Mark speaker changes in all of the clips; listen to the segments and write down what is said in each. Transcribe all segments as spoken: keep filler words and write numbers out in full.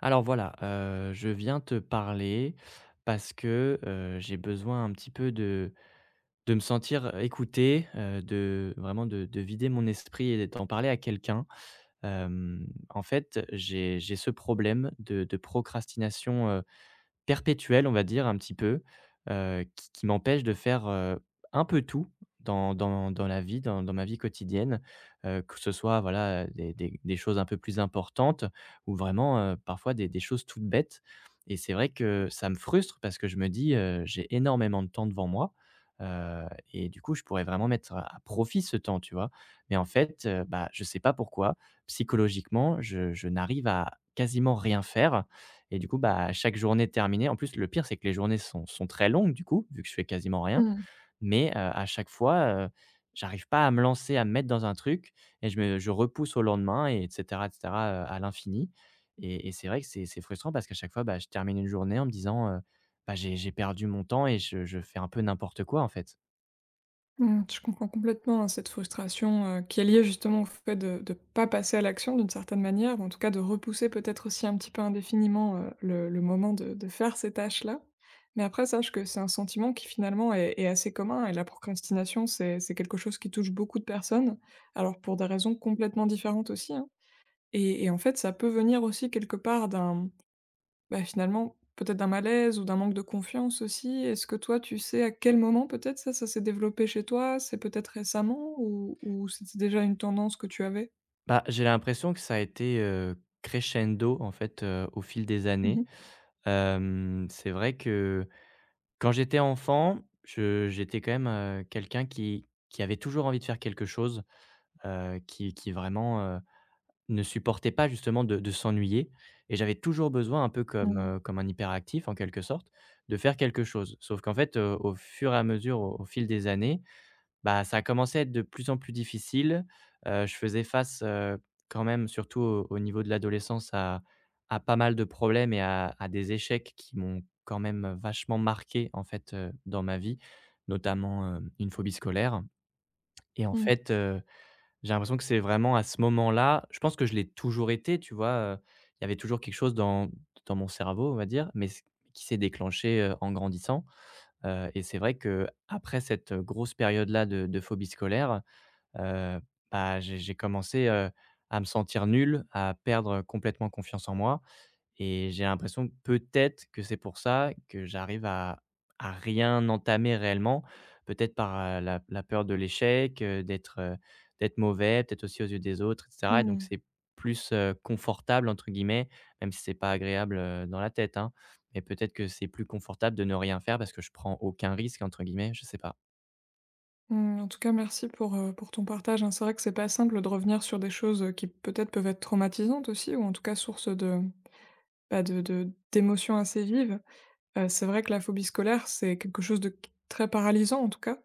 Speaker 1: Alors voilà, heu, je viens te parler parce que, heu, j'ai besoin un petit peu de de me sentir écouté, heu, de vraiment de de vider mon esprit et d'en parler à quelqu'un. Hem, en fait, j'ai j'ai ce problème de de procrastination, euh, perpétuel, on va dire un petit peu, heu, qui qui m'empêche de faire, heu, un peu tout dans dans dans la vie, dans dans ma vie quotidienne, heu, que ce soit, voilà, des des des choses un peu plus importantes ou vraiment, heu, parfois des des choses toutes bêtes et c'est vrai que ça me frustre parce que je me dis, heu: «J'ai énormément de temps devant moi, heu et du coup, je pourrais vraiment mettre à profit ce temps», tu vois? Mais en fait, heu, bah, je sais pas pourquoi, psychologiquement, je je n'arrive à quasiment rien faire et du coup, bah, chaque journée terminée en plus, le pire, c'est que les journées sont sont très longues du coup, vu que je fais quasiment rien,
Speaker 2: Mmh.
Speaker 1: mais, heu, à chaque fois, heu, j'arrive pas à me lancer, à me mettre dans un truc et je me je repousse au lendemain et etc et cetera, heu, à l'infini et et c'est vrai que c'est c'est frustrant parce qu'à chaque fois, bah, je termine une journée en me disant, heu: «Bah, j'ai j'ai perdu mon temps» et je je fais un peu n'importe quoi, en fait.
Speaker 2: Mmh. Je comprends complètement, hein, cette frustration, heu, qui est liée justement au fait de ne pas passer à l'action d'une certaine manière, ou en tout cas de repousser peut-être aussi un petit peu indéfiniment, heu, le le moment de de faire ces tâches-là. Mais après sache que c'est un sentiment qui finalement est est assez commun et la procrastination, c'est c'est quelque chose qui touche beaucoup de personnes, alors pour des raisons complètement différentes aussi, hein. Et et en fait, ça peut venir aussi quelque part d'un bah, finalement, peut-être d'un malaise ou d'un manque de confiance aussi. Est-ce que toi, tu sais à quel moment peut-être ça, ça s'est développé chez toi? C'est peut-être récemment ou ou c'était déjà une tendance que tu avais?
Speaker 1: Bah, j'ai l'impression que ça a été, heu, crescendo en fait, heu, au fil des
Speaker 2: Mmh
Speaker 1: années.
Speaker 2: mh.
Speaker 1: Hem, c'est vrai que quand j'étais enfant, je j'étais quand même, heu, quelqu'un qui qui avait toujours envie de faire quelque chose, heu, qui qui vraiment, heu, ne supportait pas justement de de s'ennuyer et j'avais toujours besoin un peu comme,
Speaker 2: Mmh.
Speaker 1: heu, comme un hyperactif en quelque sorte, de faire quelque chose. Sauf qu'en fait, heu, au fur et à mesure, au au fil des années, bah, ça a commencé à être de plus en plus difficile. Heu, je faisais face, heu, quand même, surtout au au niveau de l'adolescence, à à pas mal de problèmes et à à des échecs qui m'ont quand même vachement marqué, en fait, heu, dans ma vie, notamment, heu, une phobie scolaire et en
Speaker 2: Mmh.
Speaker 1: fait, heu, j'ai l'impression que c'est vraiment à ce moment-là je pense que je l'ai toujours été, tu vois? Heu, il y avait toujours quelque chose dans dans mon cerveau, on va dire, mais s qui s'est déclenché, heu, en grandissant, heu et c'est vrai que après cette, heu, grosse période-là de de phobie scolaire, heu, bah, j'ai j'ai commencé, heu, à me sentir nul, à perdre complètement confiance en moi et j'ai l'impression, peut-être, que c'est pour ça que j'arrive à à rien entamer réellement. Peut-être par, heu, la la peur de l'échec, heu, d'être, heu, d'être mauvais, peut-être aussi aux yeux des autres et cetera et donc
Speaker 2: Mmh.
Speaker 1: c'est plus, heu, «confortable» entre guillemets, même si c'est pas agréable, heu, dans la tête, hein, mais peut-être que c'est plus confortable de ne rien faire parce que je prends aucun «risque» entre guillemets, je sais pas.
Speaker 2: Mmh, en tout cas, merci pour, heu, pour ton partage, hein. C'est vrai que c'est pas simple de revenir sur des choses, heu, qui peut-être peuvent être traumatisantes aussi ou en tout cas source de, bah, de de d'émotions assez vives. Heu, c'est vrai que la phobie scolaire, c'est quelque chose de très paralysant en tout cas.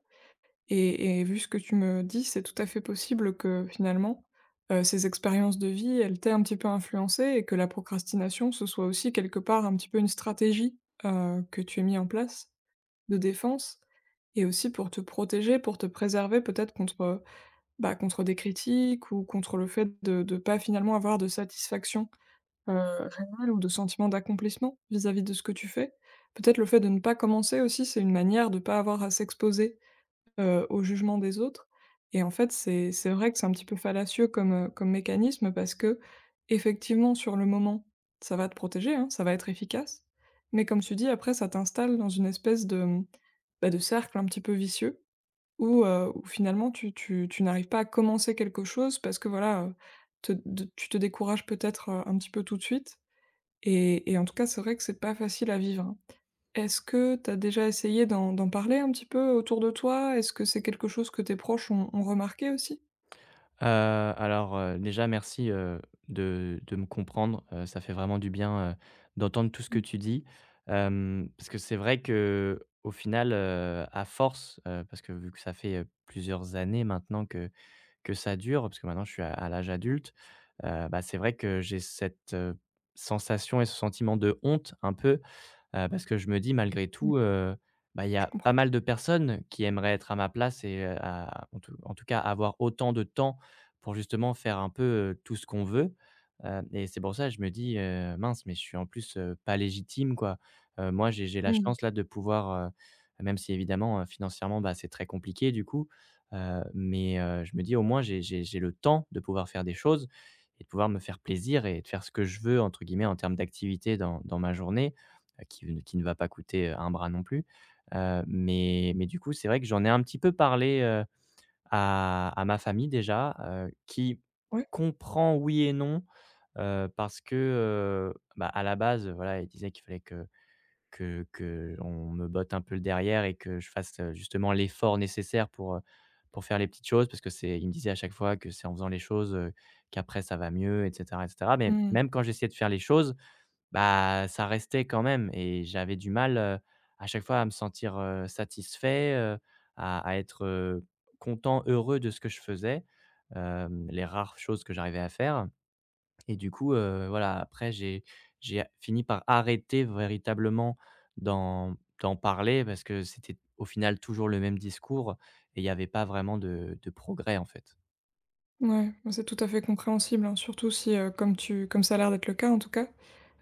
Speaker 2: Et et vu ce que tu me dis, c'est tout à fait possible que finalement, heu, ces expériences de vie, elles t'aient un petit peu influencé, et que la procrastination, ce soit aussi quelque part un petit peu une stratégie, heu, que tu aies mis en place de défense et aussi pour te protéger, pour te préserver peut-être contre, bah, contre des critiques ou contre le fait de de pas finalement avoir de satisfaction, heu, réelle ou de sentiment d'accomplissement vis-à-vis de ce que tu fais. Peut-être le fait de ne pas commencer aussi, c'est une manière de ne pas avoir à s'exposer heu, au jugement des autres et en fait, c'est c'est vrai que c'est un petit peu fallacieux comme, heu, comme mécanisme parce que effectivement sur le moment, ça va te protéger, hein, ça va être efficace. Mais comme tu dis, après, ça t'installe dans une espèce de, mmh, bah, de cercle un petit peu vicieux où, heu, où finalement tu tu tu n'arrives pas à commencer quelque chose parce que voilà, heu, te de tu te décourages peut-être, heu, un petit peu tout de suite et et en tout cas, c'est vrai que c'est pas facile à vivre, hein. Est-ce que tu as déjà essayé d'en d'en parler un petit peu autour de toi? Est-ce que c'est quelque chose que tes proches ont ont remarqué aussi?
Speaker 1: Heu, alors, heu, déjà merci, heu, de de me comprendre, heu, ça fait vraiment du bien, heu, d'entendre tout ce que
Speaker 2: Mmh,
Speaker 1: tu dis. Hem, parce que c'est vrai que au final, heu, à force, heu, parce que vu que ça fait, heu, plusieurs années maintenant que que ça dure, parce que maintenant je suis à à l'âge adulte, heu, bah, c'est vrai que j'ai cette, heu, sensation et ce sentiment de honte un peu, Heu, parce que je me dis malgré
Speaker 2: mmh,
Speaker 1: tout, heu, bah, il y
Speaker 2: je
Speaker 1: a pas
Speaker 2: comprends.
Speaker 1: mal de personnes qui aimeraient être à ma place et heu, à en tout en tout cas avoir autant de temps pour justement faire un peu, heu, tout ce qu'on veut. Heu et c'est pour ça que je me dis, heu: «Mince, mais je suis en plus, heu, pas légitime quoi». Heu, moi j'ai j'ai la
Speaker 2: Mmh,
Speaker 1: chance là de pouvoir, heu, même si évidemment, heu, financièrement, bah, c'est très compliqué du coup, heu, mais heu, je me dis au moins j'ai j'ai j'ai le temps de pouvoir faire des choses et de pouvoir me faire plaisir et de faire ce que je veux entre guillemets en termes d'activité dans dans ma journée heu, qui ne qui ne va pas coûter, un bras non plus. Heu, mais mais du coup, c'est vrai que j'en ai un petit peu parlé, heu, à à ma famille déjà, heu, qui
Speaker 2: ouais,
Speaker 1: comprend oui et non, heu, parce que, heu, bah, à la base, voilà, il disait qu'il fallait que que que on me botte un peu le derrière et que je fasse, heu, justement l'effort nécessaire pour, heu, pour faire les petites choses parce que c'est il me disait à chaque fois que c'est en faisant les choses, heu, qu'après ça va mieux et cetera et cetera. Mais
Speaker 2: mmh,
Speaker 1: même quand j'essayais de faire les choses bah, ça restait quand même et j'avais du mal, heu, à chaque fois à me sentir, heu, satisfait, heu, à à être, heu, content, heureux de ce que je faisais, hem, les rares choses que j'arrivais à faire. Et du coup, heu, voilà, après j'ai j'ai fini par arrêter véritablement d'en d'en parler parce que c'était au final toujours le même discours et il n'y avait pas vraiment de de progrès, en fait.
Speaker 2: ouais, bah, c'est tout à fait compréhensible, hein, surtout si, heu, comme tu comme ça a l'air d'être le cas en tout cas,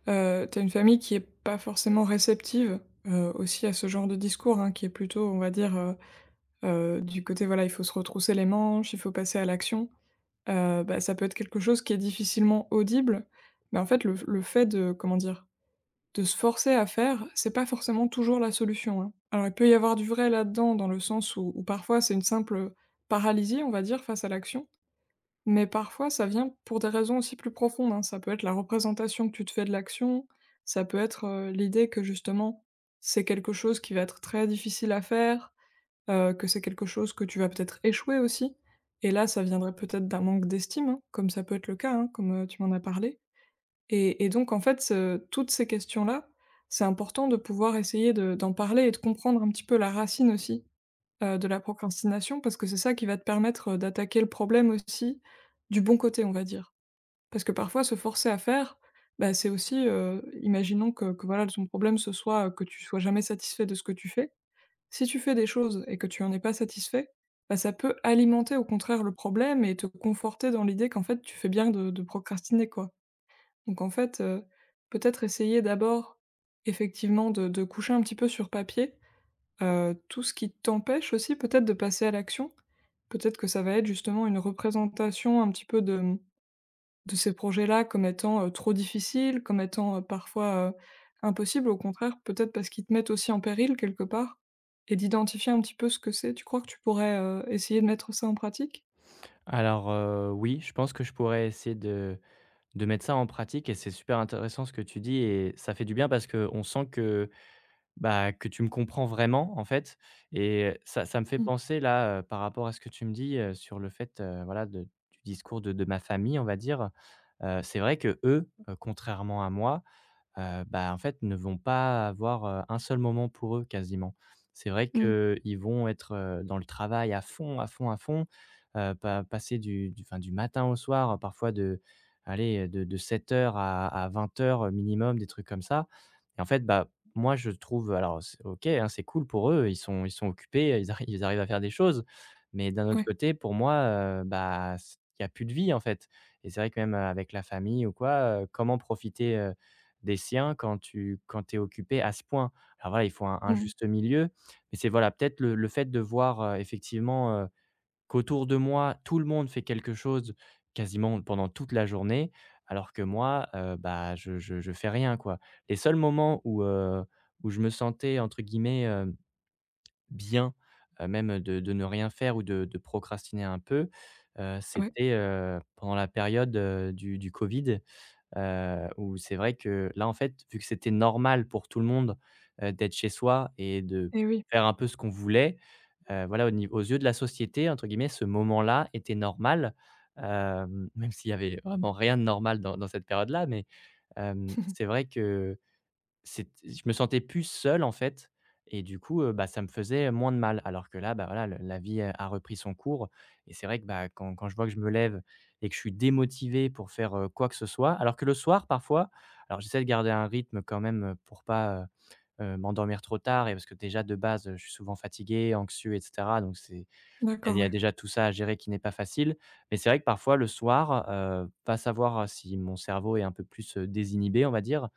Speaker 2: heu, tu une famille qui est pas forcément réceptive, heu, aussi à ce genre de discours, hein, qui est plutôt, on va dire, heu heu, du côté, voilà, il faut se retrousser les manches, il faut passer à l'action. Heu, bah, ça peut être quelque chose qui est difficilement audible, mais en fait le le fait de, comment dire? De se forcer à faire, c'est pas forcément toujours la solution, hein. Alors il peut y avoir du vrai là-dedans, dans le sens où où parfois c'est une simple, paralysie, on va dire, face à l'action, mais parfois ça vient pour des raisons aussi plus profondes, hein. Ça peut être la représentation que tu te fais de l'action, ça peut être, heu, l'idée que justement, c'est quelque chose qui va être très difficile à faire, heu, que c'est quelque chose que tu vas peut-être échouer aussi et là ça viendrait peut-être d'un manque d'estime, hein, comme ça peut être le cas, hein, comme, heu, tu m'en as parlé. Et et donc en fait, heu, toutes ces questions-là, c'est important de pouvoir essayer de d'en parler et de comprendre un petit peu la racine aussi, heu, de la procrastination parce que c'est ça qui va te permettre, heu, d'attaquer le problème aussi du bon côté, on va dire. Parce que parfois se forcer à faire, bah, c'est aussi, heu, imaginons que que voilà ton problème ce soit, heu, que tu sois jamais satisfait de ce que tu fais. Si tu fais des choses et que tu en es pas satisfait, bah, ça peut alimenter au contraire le problème et te conforter dans l'idée qu'en fait tu fais bien de de procrastiner, quoi. Donc en fait, heu, peut-être essayer d'abord, effectivement, de de coucher un petit peu sur papier, heu, tout ce qui t'empêche aussi peut-être de passer à l'action. Peut-être que ça va être justement une représentation un petit peu de, mmh, de ces projets-là comme étant, heu, trop difficiles, comme étant, heu, parfois, heu, impossibles. Au contraire, peut-être parce qu'ils te mettent aussi en péril quelque part et d'identifier un petit peu ce que c'est. Tu crois que tu pourrais, heu, essayer de mettre ça en pratique?
Speaker 1: Alors, heu, oui, je pense que je pourrais essayer de de mettre ça en pratique et c'est super intéressant ce que tu dis et ça fait du bien parce qu'on sent que bah, que tu me comprends vraiment, en fait et ça ça me fait
Speaker 2: Mmh.
Speaker 1: penser là, heu, par rapport à ce que tu me dis, heu, sur le fait, heu, voilà, de du discours de de ma famille, on va dire. Heu, c'est vrai qu'eux, heu, contrairement à moi, Heu, bah, en fait, ne vont pas avoir, heu, un seul moment pour eux quasiment. C'est vrai
Speaker 2: Mmh.
Speaker 1: qu'ils vont être, heu, dans le travail à fond, à fond, à fond, heu, pa passer du du enfin, du matin au soir, euh, parfois de allez, de de sept heures à à vingt heures minimum, des trucs comme ça et en fait, bah, moi, je trouve alors c'est OK, hein, c'est cool pour eux, ils sont ils sont occupés, ils arri ils arrivent à faire des choses mais d'un autre
Speaker 2: Ouais.
Speaker 1: côté, pour moi, heu, bah, il y a plus de vie, en fait et c'est vrai que même, heu, avec la famille ou quoi, heu, comment profiter, des siens quand tu quand tu es occupé à ce point. Alors voilà, il faut un un
Speaker 2: Mmh.
Speaker 1: juste milieu, mais c'est voilà, peut-être le le fait de voir, heu, effectivement, heu, qu'autour de moi, tout le monde fait quelque chose quasiment pendant toute la journée, alors que moi, heu, bah, je je je fais rien, quoi. Les seuls moments où, heu, où je me sentais entre guillemets, heu, bien, heu, même de de ne rien faire ou de de procrastiner un peu, heu,
Speaker 2: Ouais.
Speaker 1: c'était, heu, pendant la période, heu, du du covid. Heu, où c'est vrai que là, en fait, vu que c'était normal pour tout le monde, heu, d'être chez soi et de
Speaker 2: Et oui.
Speaker 1: faire un peu ce qu'on voulait, heu, voilà, au niveau aux yeux de la société, entre guillemets, ce moment-là était normal, hem, même s'il y avait vraiment rien de normal dans dans cette période-là, mais hem, c'est vrai que c'est je me sentais plus seul, en fait et du coup, heu, bah, ça me faisait moins de mal. Alors que là, bah, voilà, le la vie euh, a repris son cours et c'est vrai que, bah, quand quand je vois que je me lève et que je suis démotivé pour faire, heu, quoi que ce soit, alors que le soir, parfois alors j'essaie de garder un rythme quand même, heu, pour pas, heu heu, m'endormir trop tard et parce que déjà de base, heu, je suis souvent fatigué, anxieux et cetera donc c'est il
Speaker 2: D'accord,
Speaker 1: y a
Speaker 2: ouais.
Speaker 1: déjà tout ça à gérer qui n'est pas facile. Mais c'est vrai que parfois le soir, heu, pas savoir si mon cerveau est un peu plus, heu, désinhibé, on va dire,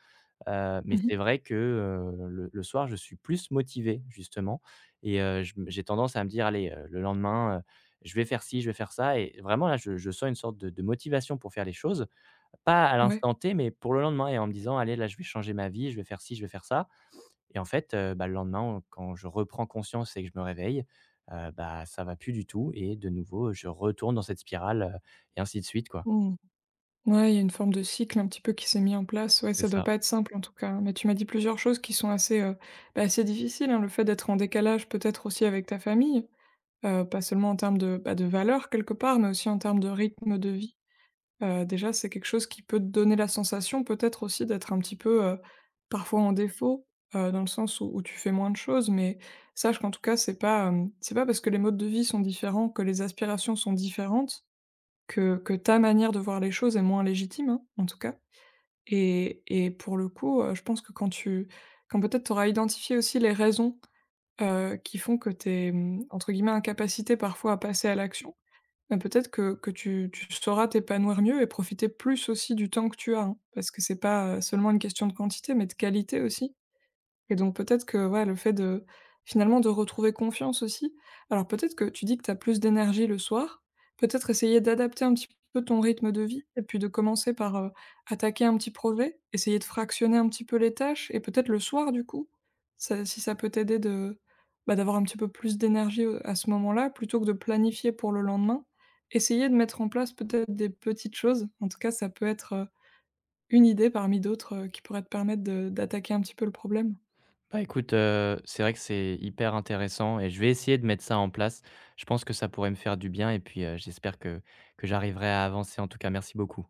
Speaker 1: Heu, mais
Speaker 2: Mmh.
Speaker 1: c'est vrai que, heu, le le soir, je suis plus motivé justement et heu, je j'ai tendance à me dire: «Allez, heu, le lendemain, heu, je vais faire ci, je vais faire ça» et vraiment là, je je sens une sorte de de motivation pour faire les choses, pas à
Speaker 2: Ouais.
Speaker 1: l'instant T, mais pour le lendemain et en me disant: «Allez, là, je vais changer ma vie, je vais faire ci, je vais faire ça» et en fait, heu, bah, le lendemain, quand je reprends conscience et que je me réveille, heu, bah, ça va plus du tout et de nouveau, je retourne dans cette spirale, heu et ainsi de suite, quoi.
Speaker 2: Mmh. Ouais, il y a une forme de cycle un petit peu qui s'est mis en place. Ouais,
Speaker 1: C'est
Speaker 2: ça doit
Speaker 1: ça.
Speaker 2: pas être simple en tout cas. Mais tu m'as dit plusieurs choses qui sont assez, heu, bah, assez difficiles, hein. Le fait d'être en décalage peut-être aussi avec ta famille, heu, pas seulement en termes de, bah, de valeurs quelque part, mais aussi en termes de rythme de vie. Heu, déjà, c'est quelque chose qui peut te donner la sensation peut-être aussi d'être un petit peu, heu, parfois en défaut, heu, dans le sens où où tu fais moins de choses. Mais sache qu'en tout cas, c'est pas, hem, c'est pas parce que les modes de vie sont différents que les aspirations sont différentes. Que que ta manière de voir les choses est moins légitime, hein, en tout cas et et pour le coup, heu, je pense que quand tu quand peut-être tu auras identifié aussi les raisons, heu, qui font que tu es, mmh, entre guillemets «incapacité» parfois à passer à l'action, bah, peut-être que que tu tu sauras t'épanouir mieux et profiter plus aussi du temps que tu as, hein. Parce que c'est pas, heu, seulement une question de quantité, mais de qualité aussi. Et donc peut-être que, ouais, le fait de finalement de retrouver confiance aussi. Alors peut-être que tu dis que tu as plus d'énergie le soir, peut-être essayer d'adapter un petit peu ton rythme de vie et puis de commencer par, heu, attaquer un petit projet, essayer de fractionner un petit peu les tâches et peut-être le soir du coup, ça si ça peut t'aider de, bah, d'avoir un petit peu plus d'énergie, heu, à ce moment-là, plutôt que de planifier pour le lendemain, essayer de mettre en place peut-être des petites choses. En tout cas, ça peut être, heu, une idée parmi d'autres, heu, qui pourrait te permettre de d'attaquer un petit peu le problème.
Speaker 1: Bah, écoute, heu, c'est vrai que c'est hyper intéressant et je vais essayer de mettre ça en place. Je pense que ça pourrait me faire du bien et puis, heu, j'espère que que j'arriverai à avancer en tout cas, merci beaucoup.